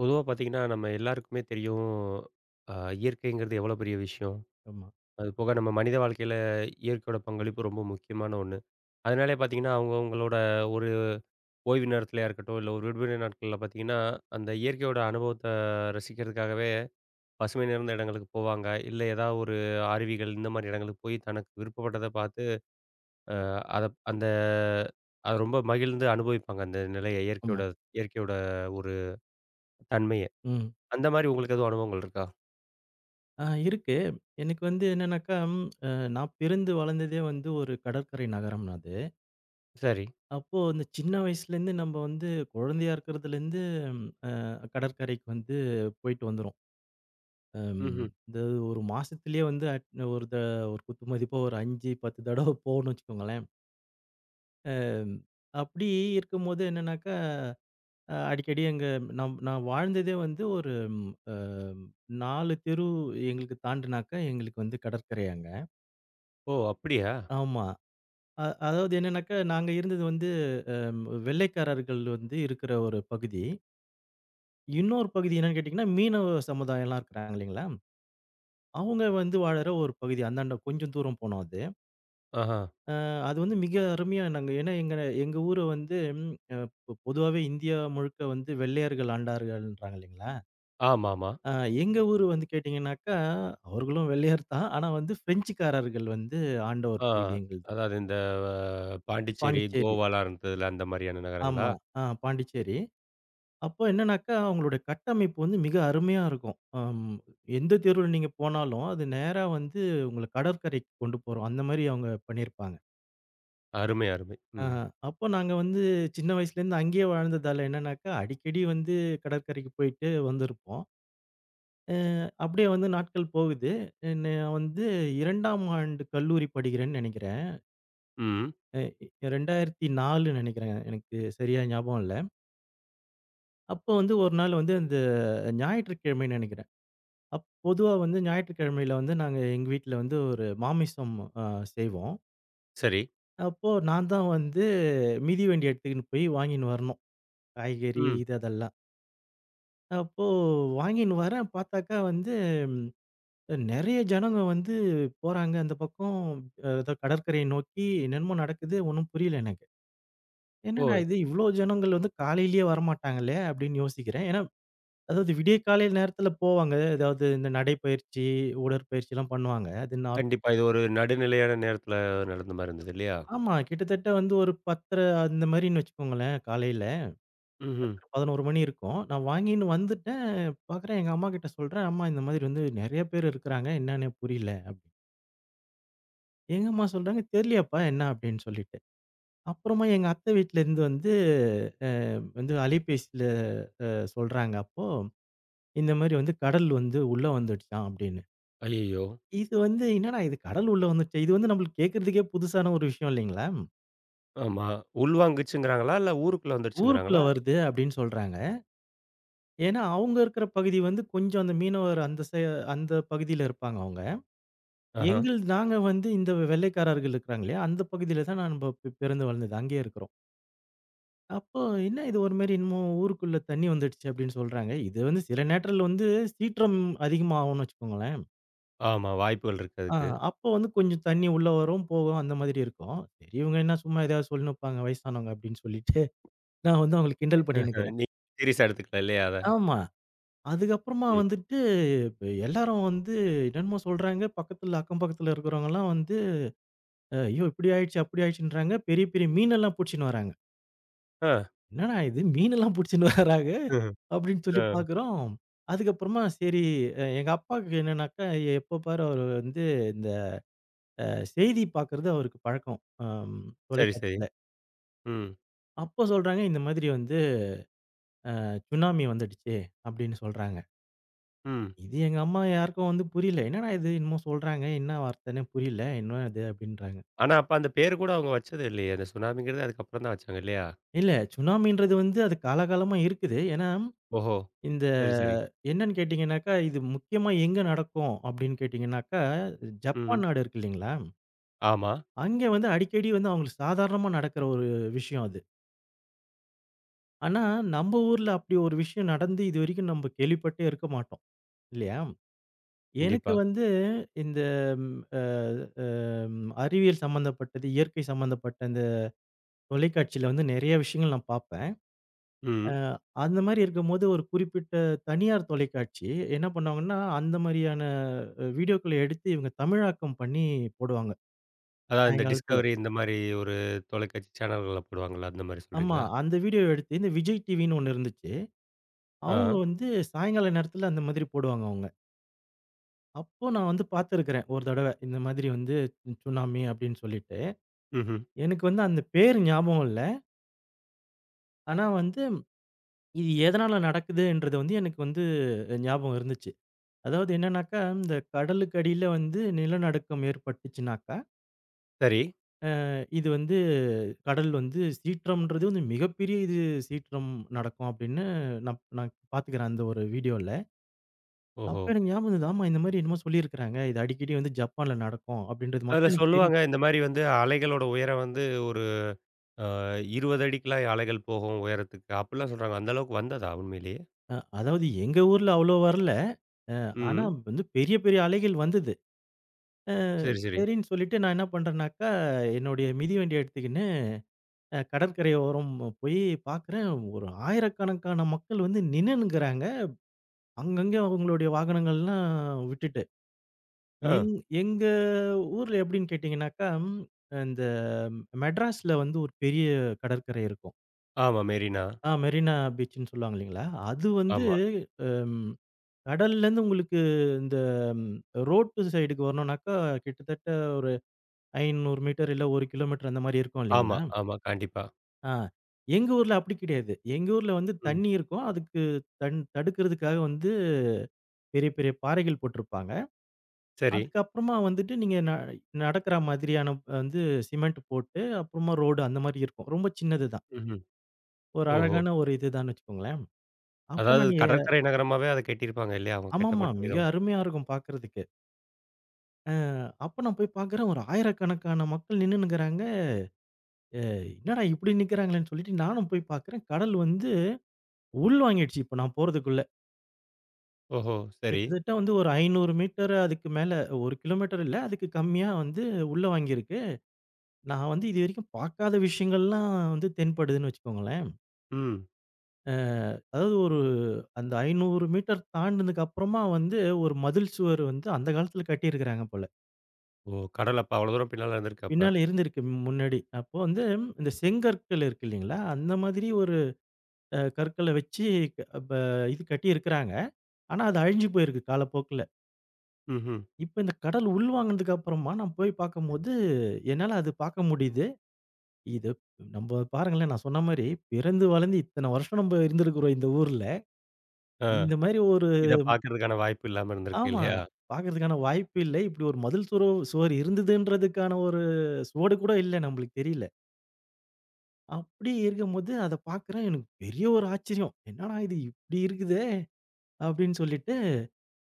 பொதுவா பார்த்தீங்கன்னா, நம்ம எல்லாருக்குமே தெரியும். அ இயற்கைங்கிறது எவ்வளோ பெரிய விஷயம். ஆமா, அது போக நம்ம மனித வாழ்க்கையில இயற்கையோட பங்களிப்பு ரொம்ப முக்கியமான ஒண்ணு. அதனாலே பார்த்தீங்கன்னா, அவங்கவங்களோட ஒரு ஓய்வு நேரத்திலயா இருக்கட்டும், இல்ல ஒரு விடுமுறை நாட்கள்ல பார்த்தீங்கன்னா, அந்த இயற்கையோட அனுபவத்த ரசிக்கிறதுக்காகவே பசுமை நிறைந்த இடங்களுக்கு போவாங்க. இல்ல ஏதாவது ஒரு அருவிகள் இந்த மாரி இடங்களுக்கு போய் தனக்கு விருப்பப்பட்டத பார்த்து, அ அத அந்த அத ரொம்ப மகிழ்ந்து அனுபவிப்பாங்க. அந்த நிலைய ஆமா. இயற்கையோட இயற்கையோட ஒரு தன்மைய. ம். அந்த மாரி உங்களுக்கு எதுவும் அனுபவங்கள் இருக்கா? ஆ இருக்கு. எனக்கு வந்து என்னன்னாக்கா, ம், அ நான் பிறந்து வளர்ந்ததே வந்து ஒரு கடற்கரை நகரம் அது. சரி. அப்போ இந்த சின்ன வயசுலேருந்து நம்ம வந்து குழந்தையா இருக்கிறதுலேருந்து அ கடற்கரைக்கு வந்து போயிட்டு வந்துரும். அம் ம்ஹ்ம். இந்த ஒரு மாசத்திலேயே வந்து அட் ஒரு த ஒரு குத்து மதிப்பா ஒரு 5, 10 தடவ போவோம்னு வச்சுக்கோங்களேன். அம் அப்படி இருக்கும்போது என்னன்னாக்கா, அடிக்கடி நான் நான் வாழ்ந்ததே வந்து ஒரு ம், அ 4 தெரு எங்களுக்கு தாண்டுனாக்கா எங்களுக்கு வந்து கடற்கரை அங்க. ஓ! அப்படியா? ஆமா. அதாவது என்னன்னாக்கா, நாங்க இருந்தது வந்து வெள்ளைக்காரர்கள் வந்து இருக்கிற ஒரு பகுதி. இன்னொரு பகுதி என்னன்னு கேட்டீங்கன்னா, மீனவ சமுதாயம்லாம் இருக்கிறாங்க இல்லைங்களா? அவங்க வந்து வாழுற ஒரு பகுதி. அந்தாண்ட கொஞ்சம் தூரம் போனோம் அது. ஆஹா. அ அது வந்து மிக அருமையா நாங்க ஏன்னா எங்க எங்க ஊர வந்து அ பொ பொதுவாவே இந்தியா முழுக்க வந்து வெள்ளையர்கள் ஆண்டார்கள்ன்றாங்க இல்லைங்களா? ஆமாமா. அ எங்க ஊரு வந்து கேட்டீங்கன்னாக்கா, அவர்களும் வெள்ளையர் தான். ஆனா வந்து பிரெஞ்சுக்காரர்கள் வந்து ஆண்ட ஒரு ஆ. பகுதி எங்களுது. அதாவது இந்த பாண்டிச்சேரி, பாண்டிச்சேரி. கோவாலாம் இருந்ததுல அந்த மாரியான நகரங்களா? ஆமா. ஆ பாண்டிச்சேரி. அப்போ என்னன்னாக்கா, அவங்களுடைய கட்டமைப்பு வந்து மிக அருமையா இருக்கும். எந்த தெருவுல நீங்க போனாலும், அது நேரா வந்து உங்கள கடற்கரைக்கு கொண்டு போரும். அந்த மாரி அவங்க பண்ணியிருப்பாங்க. அருமை, அருமை. ஆ ம். அப்போ நாங்க வந்து சின்ன வயசுலேருந்து அங்கேயே வாழ்ந்ததால என்னன்னாக்கா, அடிக்கடி வந்து கடற்கரைக்கு போயிட்டு வந்திருப்போம். அ அப்படியே வந்து நாட்கள் போகுது. நான் வந்து 2ஆம் ஆண்டு கல்லூரி படிக்கிறேன்னு நெனைக்கிறேன். ம். அ 2004 நெனைக்கிறேன். எனக்கு சரியா ஞாபகம் இல்ல. அப்போ வந்து ஒரு நாள் வந்து அந்த ஞாயிற்றுக்கிழமைன்னு நெனைக்கிறேன். பொதுவா வந்து ஞாயிற்றுக்கிழமையில வந்து நாங்க எங்க வீட்ல வந்து ஒரு மாமிசம் அ செய்வோம். சரி. அப்போ நான் தான் வந்து மிதிவண்டி எடுத்துக்கின்னு போய் வாங்கின்னு வரணும். காய்கறி ம். இது அதெல்லாம். அப்போ வாங்கின்னு வரேன் பார்த்தாக்கா வந்து நெறைய ஜனங்க வந்து போறாங்க அந்த பக்கம். ஏதோ கடற்கரையை நோக்கி என்னென்னமோ நடக்குது ஒண்ணும் புரியல எனக்கு. என்னடா ஓ! இது இவ்ளோ ஜனங்கள் வந்து காலையிலேயே வரமாட்டாங்களே அப்படின்னு யோசிக்கிறேன். ஏன்னா அதாவது விடிய காலை நேரத்துல போவாங்க. ஏதாவது இந்த நடைப்பயிற்சி, உடற்பயிற்சிலாம் பண்ணுவாங்க. அது நார்மல். கண்டிப்பா. இது ஒரு நடுநிலையான நேரத்துல நடந்த மாரி இருந்தது இல்லையா? ஆமா. கிட்டத்தட்ட வந்து ஒரு 10:30 அந்த மாரின்னு வச்சுக்கோங்களேன், காலையில. ம்ஹ்ம். 10:00, 11:00 மணி இருக்கும். நான் வாங்கின்னு வந்துட்டேன். பார்க்குறேன் எங்க அம்மாகிட்ட சொல்றேன், "அம்மா இந்த மாதிரி வந்து நெறைய பேர் இருக்கிறாங்க. என்னான்னே புரியல" அப்படின்னு. எங்க அம்மா சொல்றாங்க, "தெரியலையாப்பா என்ன" அப்படின்னு சொல்லிட்டு. அப்புறமா எங்க அத்தை வீட்லேருந்து வந்து அ வந்து அலைபேசியில சொல்றாங்க அப்போ, "இந்த மாரி வந்து கடல் வந்து உள்ள வந்துடுச்சாம்" அப்படின்னு. ஐயய்யோ! இது வந்து என்னடா இது கடல் உள்ள வந்துடுச்சே! இது வந்து நம்மளுக்கு கேட்கறதுக்கே புதுசான ஒரு விஷயம் இல்லைங்களா? ஆமா. உள்வாங்குச்சுங்கிறாங்களா? இல்ல ஊருக்குள்ள "ஊருக்குள்ள வந்துருச்சுங்கிறாங்களா? வருது" அப்படின்னு சொல்றாங்க. ஏன்னா, அவங்க இருக்கிற பகுதி வந்து கொஞ்சம் அந்த மீனவர் அந்த பகுதியில இருப்பாங்க அவங்க. ஆஹா. நாங்க வந்து இந்த வெள்ளைக்காரர்கள் இருக்கிறாங்க இல்லையா, அந்த பகுதியில தான் நம்ப பிறந்து வளர்ந்தது. அங்கேயே இருக்கிறோம். அப்போ "என்ன இது ஒரு மாரி என்னமோ ஊருக்குள்ள தண்ணி வந்துடுச்சு" அப்படின்னு சொல்றாங்க. இது வந்து சில நேரத்துல வந்து சீற்றம் அதிகமாகும்னு வச்சுக்கோங்களேன். ஆமா. வாய்ப்புகள் இருக்கு ஆ அதுக்கு. அப்போ வந்து கொஞ்சம் தண்ணி உள்ள வரும், போகும் அந்த மாதிரி இருக்கும். சரி இவங்க என்ன சும்மா ஏதாவது சொல்லின்னு இருப்பாங்க வயசானவங்க அப்படின்னு சொல்லிட்டு, நான் வந்து அவங்கள கிண்டல் பண்ணின்னுக்கிறேன். நீங்க சீரியஸா எடுத்துக்கல இல்லையா அத? ஆமா. அதுக்கப்புறமா ம். வந்துட்டு இப்ப எல்லாரும் வந்து என்னென்னமோ சொல்றாங்க. பக்கத்துல அக்கம் பக்கத்துல இருக்கிறவங்கலாம் வந்து, "ஐயோ! இப்படி ஆயிடுச்சு, அப்படி ஆயிடுச்சுன்றாங்க." பெரிய பெரிய மீனெல்லாம் புடிச்சுன்னு வராங்க. ஆ. "என்னடா இது மீனெல்லாம் புடிச்சுன்னு வராங்க?" ம்ஹ்ம். அப்படின்னு சொல்லி ஆ. பார்க்குறோம். அதுக்கப்புறமா சரி எங்க அப்பாவுக்கு என்னன்னாக்கா, எப்போ பாரு அவரு வந்து இந்த அ செய்தி பார்க்கறது அவருக்கு பழக்கம். சரி, சரி. தொலைக்காட்சியில. ம். அப்போ சொல்றாங்க, "இந்த மாதிரி வந்து சுனாமி வந்துடுச்சு." அப்படின்னு சொல்றாங்க. ம். இது எங்க அம்மா யாருக்கும் வந்து புரியல. "என்னடா இது என்னமோ சொல்றாங்க. என்ன வார்த்தைன்னே புரியல. என்ன இது?" அப்படின்றாங்க. ஆனா, அப்ப அந்த பேரு கூட அவங்க வச்சது இல்லையே! அந்த சுனாமிங்கிறது அதுக்கப்புறம் தான் வச்சாங்க இல்லையா? இல்ல. சுனாமின்றது வந்து அது காலாகாலமா இருக்குது. ஏன்னா, ஓஹோ! இந்த சரி, சரி. என்னன்னு கேட்டீங்கன்னாக்கா, இது முக்கியமா எங்க நடக்கும் அப்படின்னு கேட்டீங்கன்னாக்கா, ம். ஜப்பான் நாடு இருக்கு இல்லைங்களா? ஆமா. அங்கே வந்து அடிக்கடி வந்து அவங்களுக்கு சாதாரணமா நடக்கிற ஒரு விஷயம் அது. ஆனா, நம்ம ஊர்ல அப்படி ஒரு விஷயம் நடந்து இதுவரைக்கும் நம்ம கேள்விப்பட்டே இருக்க மாட்டோம். இல்லையா? எனக்கு கண்டிப்பா. வந்து இந்த ம் அ அ அறிவியல் சம்மந்தப்பட்டது, இயற்கை சம்மந்தப்பட்ட இந்த தொலைக்காட்சியில வந்து நெறைய விஷயங்கள் நான் பார்ப்பேன். அ ம். அந்த மாரி இருக்கும்போது ஒரு குறிப்பிட்ட தனியார் தொலைக்காட்சி என்ன பண்ணுவாங்கன்னா, அந்த மாரியான வீடியோக்கள எடுத்து இவங்க தமிழாக்கம் பண்ணி போடுவாங்க, அதான் இந்த சாயங்காலத்துல. டிஸ்கவரி இந்த மாரி ஒரு தொலைக்காட்சி சேனல்கள்ல போடுவாங்கல்ல, அந்த மாரி ஆமா. சொல்றீங்களா? அந்த வீடியோ எடுத்து இந்த விஜய் டிவின்னு ஒண்ணு இருந்துச்சு. அவங்க ஆ. வந்து சாயங்கால நேரத்துல அந்த மாதிரி போடுவாங்க அவங்க. அப்போ நான் வந்து பார்த்துருக்கிறேன் ஒரு தடவ. இந்த மாதிரி வந்து சுனாமி அப்படின்னு சொல்லிட்டு. ம்ஹ்ம். எனக்கு வந்து அந்த பேர் ஞாபகம் இல்ல. ஆனா வந்து இது எதனால நடக்குதுன்றது வந்து எனக்கு வந்து ஞாபகம் இருந்துச்சு. அதாவது என்னன்னாக்கா, இந்த கடலுக்கு அடியில வந்து நிலநடுக்கம் ஏற்பட்டுச்சுனாக்கா சரி. இது வந்து கடல் வந்து சீற்றம்ன்றது வந்து மிகப்பெரிய இது சீற்றம் நடக்கும் அப்படின்னு நான் நான் பார்த்துக்கிறேன் அந்த ஒரு வீடியோல. ஓஹோ! அப்ப எனக்கு ஞாபகம் இருந்தது. ஆமா இந்த மாரி என்னமோ சொல்லியிருக்கிறாங்க. இது அடிக்கடி வந்து ஜப்பான்ல நடக்கும் அப்படின்றது அதுல மட்டும் எனக்கு சொல்லுவாங்க, தெரியுது. இந்த மாரி வந்து அலைகளோட உயரம் வந்து ஒரு அ 20 அடிக்குலாம் அலைகள் போகும் உயரத்துக்கு. அப்படிலாம் சொல்றாங்க. அந்த அளவுக்கு வந்ததா உண்மையிலேயே? அதாவது எங்க ஊர்ல அவ்வளோ வரல. அ ஆனா ம். வந்து பெரிய பெரிய அலைகள் வந்தது. அ சரி, சரி. சரின்னு சொல்லிட்டு நான் என்ன பண்றேன்னாக்கா, என்னுடைய மிதிவண்டிய எடுத்துக்கின்னு கடற்கரை ஓரம் போய் பார்க்குறேன். ஒரு 1000கணக்கான மக்கள் வந்து நின்னுன்னுக்குறாங்க. அங்கங்க அவங்களுடைய வாகனங்கள்லாம் விட்டுட்டு. ஆ. எங் எங்க ஊர்ல எப்படின்னு கேட்டீங்கன்னாக்கா, இந்த மெட்ராஸ்ல வந்து ஒரு பெரிய கடற்கரை இருக்கும். ஆமா மெரினா. ஆ மெரினா பீச்சுன்னு சொல்லுவாங்க இல்லைங்களா? அது வந்து ஆமா, அம் கடல்லேருந்து உங்களுக்கு இந்த ரோட்டு சைடுக்கு வரணும்னாக்கா, கிட்டத்தட்ட ஒரு 500 மீட்டர் இல்ல 1 கிலோமீட்டர் அந்த மாரி இருக்கும் ஆமா, இல்லைங்களா? ஆமா. கண்டிப்பா. ஆ எங்க ஊர்ல அப்படி கிடையாது. எங்க ஊர்ல வந்து ம். தண்ணி இருக்கும். அதுக்கு தடுக்கிறதுக்காக வந்து பெரிய பெரிய பாறைகள் போட்டிருப்பாங்க. சரி. அதுக்கப்புறமா வந்துட்டு நீங்க நடக்கிற மாதிரியான வந்து சிமெண்ட் போட்டு, அப்புறமா ரோடு அந்த மாரி இருக்கும். ரொம்ப சின்னது தான். ம்ஹ்ம். ஒரு ஓஹோ! அழகான ஒரு இதுதான்னு வச்சுக்கோங்களேன். அப்ப அதாவது நான் எ கடற்கரை நகரமாவே அத கட்டியிருப்பாங்க இல்லையா? அவங்க ஆமாமா. கட்டப்பட்ட மிக விதம். அருமையா இருக்கும் பாக்கறதுக்கு. அப்ப நான் போய் பாக்குறேன் ஒரு ஆயிரக்கணக்கான மக்கள் நின்னுன்னுக்குறாங்க. என்னடா இப்படி நிக்கிறாங்களேன்னு சொல்லிட்டு நானும் போய் பாக்குறேன். கடல் வந்து உள்வாங்கிடுச்சு இப்ப நான் போறதுக்குள்ள. ஓஹோ! சரி. கிட்டத்தட்ட வந்து ஒரு 500 மீட்டர் அதுக்கு மேல 1 கிலோமீட்டர் இல்ல. அதுக்கு கம்மியா வந்து உள்ள வாங்கியிருக்கு. நான் வந்து இதுவரைக்கும் பாக்காத விஷயங்கள்லாம் வந்து தென்படுதுன்னு வச்சுக்கோங்களேன். ம். அ அதாவது ஒரு அந்த 500 மீட்டர் தாண்டுனதுக்கு அப்புறமா வந்து ஒரு மதில் சுவர் வந்து அந்த காலத்துல கட்டியிருக்கிறாங்க போல. ஓ! கடல் அப்ப அவ்வளோ தூரம் பின்னால இருந்திருக்கு அப்ப. பின்னால இருந்திருக்கு முன்னாடி. அப்போ வந்து இந்த செங்கற்கள் இருக்கு இல்லைங்களா? அந்த மாதிரி ஒரு கற்கள வச்சு ப இது கட்டியிருக்கிறாங்க. ஆனா அது அழிஞ்சு போயிருக்கு காலப்போக்குல. ம்ஹ்ம். இப்ப இந்த கடல் உள்வாங்கினதுக்கு அப்புறமா நான் போய் பார்க்கும்போது, என்னால அது பார்க்க முடியுது. இது நம்ம பாருங்களேன் நான் சொன்ன மாரி பிறந்து வளர்ந்து இத்தன வருஷம் நம்ம இருந்திருக்கிறோம் இந்த ஊர்ல. ஆ. இந்த மாரி ஒரு இத பார்க்கறதுக்கான வாய்ப்பு இல்லாம இருந்திருக்கு ஆமா. இல்லையா? பாக்குறதுக்கான வாய்ப்பு இல்ல. இப்படி ஒரு மதில் சுவர் இருந்ததுன்றதுக்கான ஒரு சுவடு கூட இல்ல நம்மளுக்கு தெரியல. அப்படி இருக்கும்போது அத பாக்குறேன். எனக்கு பெரிய ஒரு ஆச்சரியம். என்னடா இது இப்படி இருக்குதே! அப்படின்னு சொல்லிட்டு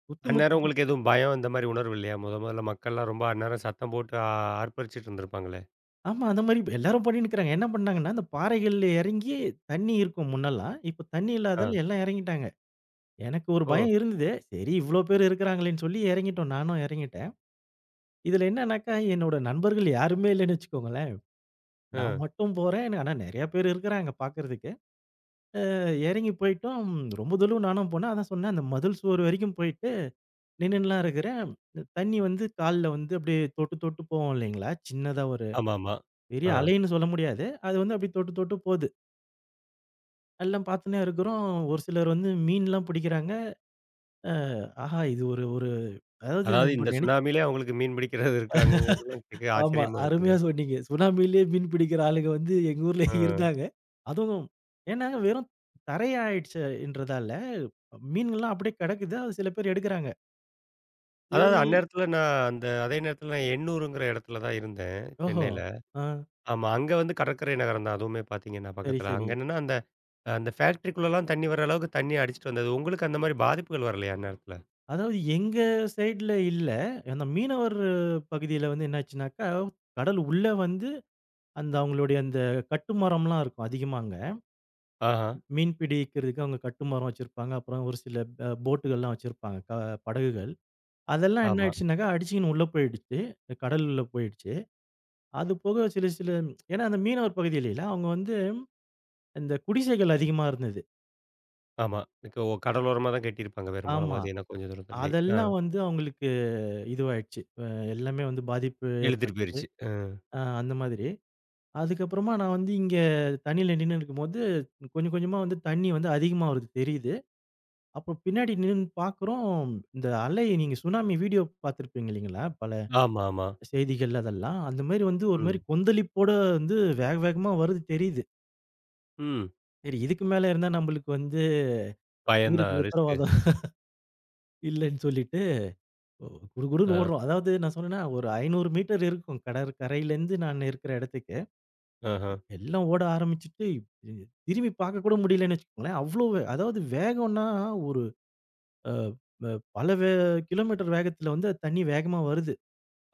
முத்தி முத்தி அந்நேரம் உங்களுக்கு எதுவும் பயம் இந்த மாரி உணர்வு இல்லையா? முதல்ல மக்கள்லாம் ரொம்ப அந்நேரம் சத்தம் போட்டு ஆர்ப்பரிச்சுட்டு இருந்திருப்பாங்களே! ஆமா. அந்த மாரி எல்லாரும் பண்ணின்னுருக்காங்க. என்ன பண்ணாங்கன்னா, அந்த பாறைகள்ல எறங்கி தண்ணி இருக்கும் முன்னெல்லாம். இப்ப தண்ணி ஆ. இல்லாதால எல்லாம் எறங்கிட்டாங்க. எனக்கு ஒரு ஓ! பயம் இருந்தது. சரி இவ்ளோ பேர் இருக்கிறாங்களேன்னு சொல்லி இறங்கிட்டோம். நானும் இறங்கிட்டேன். இதுல என்னன்னாக்கா, என்னோட நண்பர்கள் யாருமே இல்லன்னு வச்சுக்கோங்களேன். ஆ. நான் மட்டும் போறேன். ஆனா நெறைய பேர் இருக்கிறாங்க பாக்குறதுக்கு. இறங்கி போயிட்டோம். ரொம்ப தூரம் நானும் போனேன். அதான் சொன்னேன் அந்த மதில் சுவர் வரைக்கும் போயிட்டு நின்னுன்லாம் இருக்கிறேன். இந்த தண்ணி வந்து கால்ல வந்து அப்படியே தொட்டு தொட்டு போகும் இல்லைங்களா? சின்னதா ஒரு ஆமாமா. பெரிய ஆ. அலைன்னு சொல்ல முடியாது. அது வந்து அப்படியே தொட்டு தொட்டு போது. எல்லாம் பார்த்துன்னே இருக்கிறோம். ஒரு சிலர் வந்து மீன்லாம் பிடிக்கிறாங்க. அ ஆஹா! இது ஒரு ஒரு அதாவது அதாவது நம்ம இந்த நினைச்சு சுனாமியிலே அவங்களுக்கு மீன் பிடிக்கிறது இருக்காங்கங்கிறதெல்லாம் கேட்க ஆமா. ஆச்சரியமா இருக்குங்க. அருமையா சொன்னீங்க. சுனாமியிலேயே மீன் பிடிக்கிற ஆளுங்க வந்து எங்க ஊர்ல ஆ. இருந்தாங்க. அதுவும் ஏன்னா வெறும் தரை ஆயிடுச்சுன்றதால மீன்கள்லாம் அப்படியே கிடக்குது. அது சில பேர் எடுக்குறாங்க. அதாவது சரி. அந்நேரத்துல நான் அந்த அதே நேரத்துல நான் எண்ணூருங்கிற இடத்துல தான் இருந்தேன், ஓஹோ! சென்னையில. ஆ. ஆமா. அங்க வந்து கடற்கரை நகரம் தான். அதுவுமே பார்த்தீங்கன்னா சரி, பக்கத்தில. சரி. அங்க என்னன்னா அந்த அந்த ஃபேக்ட்ரிக்குள்ளலாம் தண்ணி வர அளவுக்கு தண்ணி அடிச்சுட்டு வந்தது. உங்களுக்கு அந்த மாரி பாதிப்புகள் வரலையா அந்நேரத்தில? அதாவது எங்க சைடுல இல்ல. அந்த மீனவர் பகுதியில வந்து என்னாச்சுனாக்கா, கடல் உள்ள வந்து அந்த அவங்களுடைய அந்த கட்டுமரம்லாம் இருக்கும் அதிகமா அங்க. ஆஹா. மீன் பிடிக்கிறதுக்கு அவங்க கட்டுமரம் வச்சிருப்பாங்க. அப்புறம் ஒரு சில போட்டுகள்லாம் வச்சிருப்பாங்க. படகுகள். அதெல்லாம் என்ன ஆமா, ஆயிடுச்சுனாக்கா, அடிச்சுக்கின்னு உள்ள போயிடுச்சு. கடலுள்ள போயிடுச்சு. அது போக சில சில ஏன்னா அந்த மீனவர் பகுதியிலலாம் அவங்க வந்து இந்த குடிசைகள் அதிகமா இருந்தது. ஆமா. க ஓ கடலோரமா தான் கட்டியிருப்பாங்க பெரும்பாலும் ஆமா. பார்த்தீங்கன்னா, கொஞ்சம் தூரத்திலே. ஆ அதெல்லாம் வந்து அவங்களுக்கு இதுவாயிடுச்சு. எல்லாமே வந்து பாதிப்பு இழுத்துட்டு ஏற்பட்டது. போயிருச்சு. அ. அந்த மாதிரி. அதுக்கப்புறமா நான் வந்து இங்க தண்ணியில நின்னுன்னு இருக்கும்போது, கொஞ்சம் கொஞ்சமா வந்து தண்ணி வந்து அதிகமா வருது தெரியுது. அப்போ பின்னாடி நின்னு பார்க்குறோம், இந்த அலை நீங்க சுனாமி வீடியோ பார்த்துருப்பீங்க இல்லைங்களா? பல ஆமா, ஆமா. செய்திகள் அதெல்லாம். அந்த மாரி வந்து ஒரு மாரி ம், கொந்தளிப்போட வந்து வேக வேகமா வருது தெரியுது. ம். சரி இதுக்கு மேல இருந்தா நம்மளுக்கு வந்து பயந்தான் உயிருக்கு ரிஸ்க்கு. உத்தரவாதம் இல்லன்னு சொல்லிட்டு, குடுகுடுன்னு ஆ, ஓடுறோம். அதாவது நான் சொன்னேன்னா ஒரு 500 மீட்டர் இருக்கும் கடற்கரையிலேருந்து நான் இருக்கிற இடத்துக்கு. ஆஹா. எல்லாம் ஓட ஆரம்பிச்சுட்டு, இ திரும்பி பார்க்கக்கூட முடியலன்னு வச்சுக்கோங்களேன். அவ்ளோ அதாவது வேகம்னா ஒரு அ ப பல வே கிலோமீட்டர் வேகத்துல வந்து அது தண்ணி வேகமா வருது.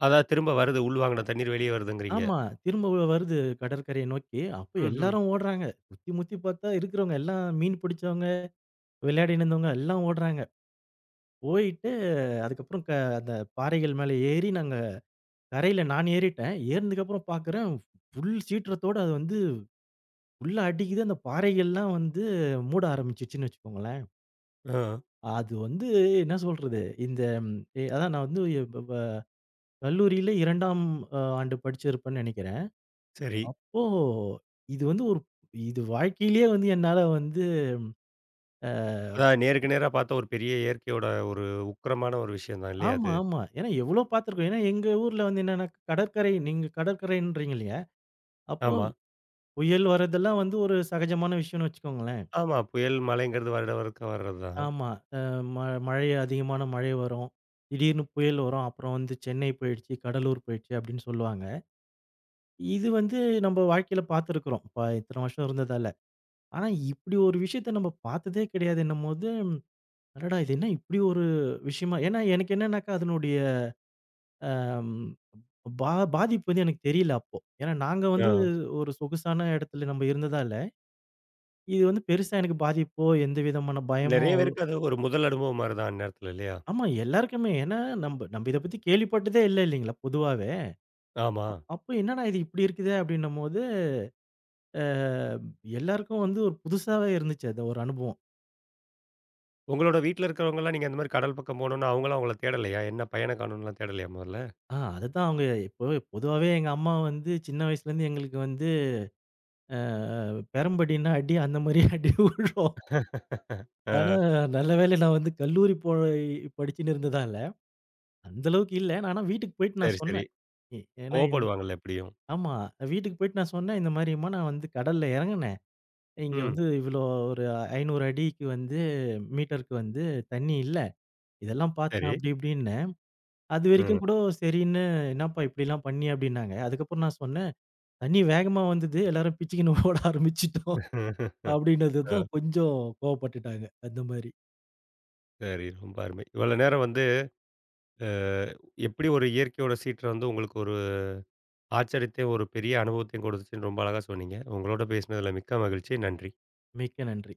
அதான் திரும்ப வருது. உள்வாங்குன தண்ணீர் வெளியே வருதுங்கிறீங்க. ஆமா. திரும்ப வருது கடற்கரைய நோக்கி. அப்ப ம்ஹ்ம். எல்லாரும் ஓடுறாங்க. முத்தி முத்தி பார்த்தா இருக்கிறவங்க எல்லாம் மீன் பிடிச்சவங்க, விளையாடின்னு இருந்தவங்க எல்லாம் ஓடுறாங்க. போயிட்டு அதுக்கப்புறம் அந்த பாறைகள் மேல ஏறி நாங்க கரையில நான் ஏறிட்டேன். ஏறுனதுக்கப்புறம் பார்க்குறேன் ஃபுல் சீற்றத்தோட அது வந்து ஃபுல்லா அடிக்குது. அந்த பாறைகள்லாம் வந்து மூட ஆரம்பிச்சுச்சுன்னு வச்சுக்கோங்களேன். ஆ. அது வந்து என்ன சொல்றது? இந்த ம், எ அதான் நான் வந்து எ- ப ப கல்லூரியில 2ஆம் ஆண்டு படிச்சிருப்பேன்னு நெனைக்கிறேன். சரி. ஓ! இது வந்து ஒரு இது வாழ்க்கையிலேயே வந்து என்னால வந்து அ அதான் நேருக்கு நேரா பார்த்தா ஒரு பெரிய இயற்கையோட ஒரு உக்கிரமான ஒரு விஷயம் தான் இல்லையா ஆமா, அது? ஆமா. ஏன்னா எவ்ளோ பார்த்துருக்கோம். ஏன்னா எங்க ஊர்ல வந்து என்னன்னா கடற்கரை நீங்க கடற்கரைன்றீங்க இல்லையா? அப்போ ஆமா. புயல் வரதெல்லாம் வந்து ஒரு சகஜமான விஷயம்னு வச்சுக்கோங்களேன். ஆமா. புயல், மழைங்கிறது வருட வருக்கம் வர்றதுதான். ஆமா. அ ம மழை அதிகமான மழை வரும். திடீர்னு புயல் வரும். அப்புறம் வந்து சென்னை போயிடுச்சு, கடலூர் போயிடுச்சு அப்படின்னு சொல்லுவாங்க. இது வந்து நம்ம வாழ்க்கையில பார்த்துருக்குறோம். இப்ப இத்தன வருஷம் இருந்ததால. ஆனா இப்படி ஒரு விஷயத்த நம்ம பார்த்ததே கிடையாதுன்னும்போது, அடடா! இது என்ன இப்படி ஒரு விஷயமா ஏன்னா எனக்கு என்னன்னாக்கா அதனுடைய அம் பா பாதிப்பு வந்து எனக்கு தெரியல அப்போ. ஏன்னா நாங்க ஆ. வந்து ஒரு சொகுசான இடத்துல நம்ம இருந்ததால, இது வந்து பெருசா எனக்கு பாதிப்போ, எந்த விதமான பயமோ நெறைய அவ்வளோ. பேருக்கு அது ஒரு முதல் அனுபவம் மாரி தான் அந்நேரத்துல இல்லையா? ஆமா எல்லாருக்குமே. ஏன்னா நம்ப நம்ப இத பத்தி கேள்விப்பட்டதே இல்ல இல்லைங்களா பொதுவாவே. ஆமா. அப்போ என்னடா இது இப்படி இருக்குதே அப்படின்னும்போது, அ எல்லாருக்கும் வந்து ஒரு புதுசாவே இருந்துச்சு அது ஒரு அனுபவம். உங்களோட வீட்ல இருக்கிறவங்கலாம் நீங்க அந்த மாரி கடல் பக்கம் போணும்னு அவங்களும் உங்கள தேடலையா? என்ன பையன காணோம்லாம் தேடலையா முதல்ல? ஆ அதுதான் அவங்க இப்போ பொதுவாவே எங்க அம்மா வந்து சின்ன வயசுலேருந்து எங்களுக்கு வந்து அ பெரம்படின்னா அடி, அந்த மாரி அடி விழும். ஆ ஆனா நல்ல வேளை நான் வந்து கல்லூரி போய் படிச்சுன்னு இருந்ததால, அந்த அளவுக்கு இல்ல. ஆனா வீட்டுக்கு போயிட்டு நான் சரி, சரி. சொன்னேன். ஏ ஏன்னா இந் கோவப்படுவாங்கல்ல எப்படியும். ஆமா. வீட்டுக்கு போயிட்டு நான் சொன்னேன், இந்த மாரிம்மா நான் வந்து கடல்ல இறங்குனேன். இங்க ம். வந்து இவ்வளோ ஒரு 500 அடிக்கு வந்து மீட்டருக்கு வந்து தண்ணி இல்ல. இதெல்லாம் பார்த்தேன் சரி. அப்படி இப்படின்னேன். ம். அதுவரைக்கும் கூட சரின்னு, "என்னாப்பா இப்படிலாம் பண்ணிய?" அப்படின்னாங்க. அதுக்கப்புறம் நான் சொன்னேன் தண்ணி வேகமா வந்தது. எல்லாரும் பிச்சுக்குன்னு ஓட ஆரம்பிச்சுட்டோம். அப்படின்னது ஆ தான் கொஞ்சம் கோவப்பட்டுட்டாங்க. அந்த மாரி. சரி. ரொம்ப அருமை. இவ்வளோ நேரம் வந்து அ எப்படி ஒரு இயற்கையோட சீற்றம் வந்து உங்களுக்கு ஒரு ஆச்சரியத்தையும், ஒரு பெரிய அனுபவத்தையும் கொடுத்துச்சுன்னு ரொம்ப அழகா சொன்னீங்க. உங்களோட பேசினதுல மிக்க மகிழ்ச்சி. நன்றி. மிக்க நன்றி.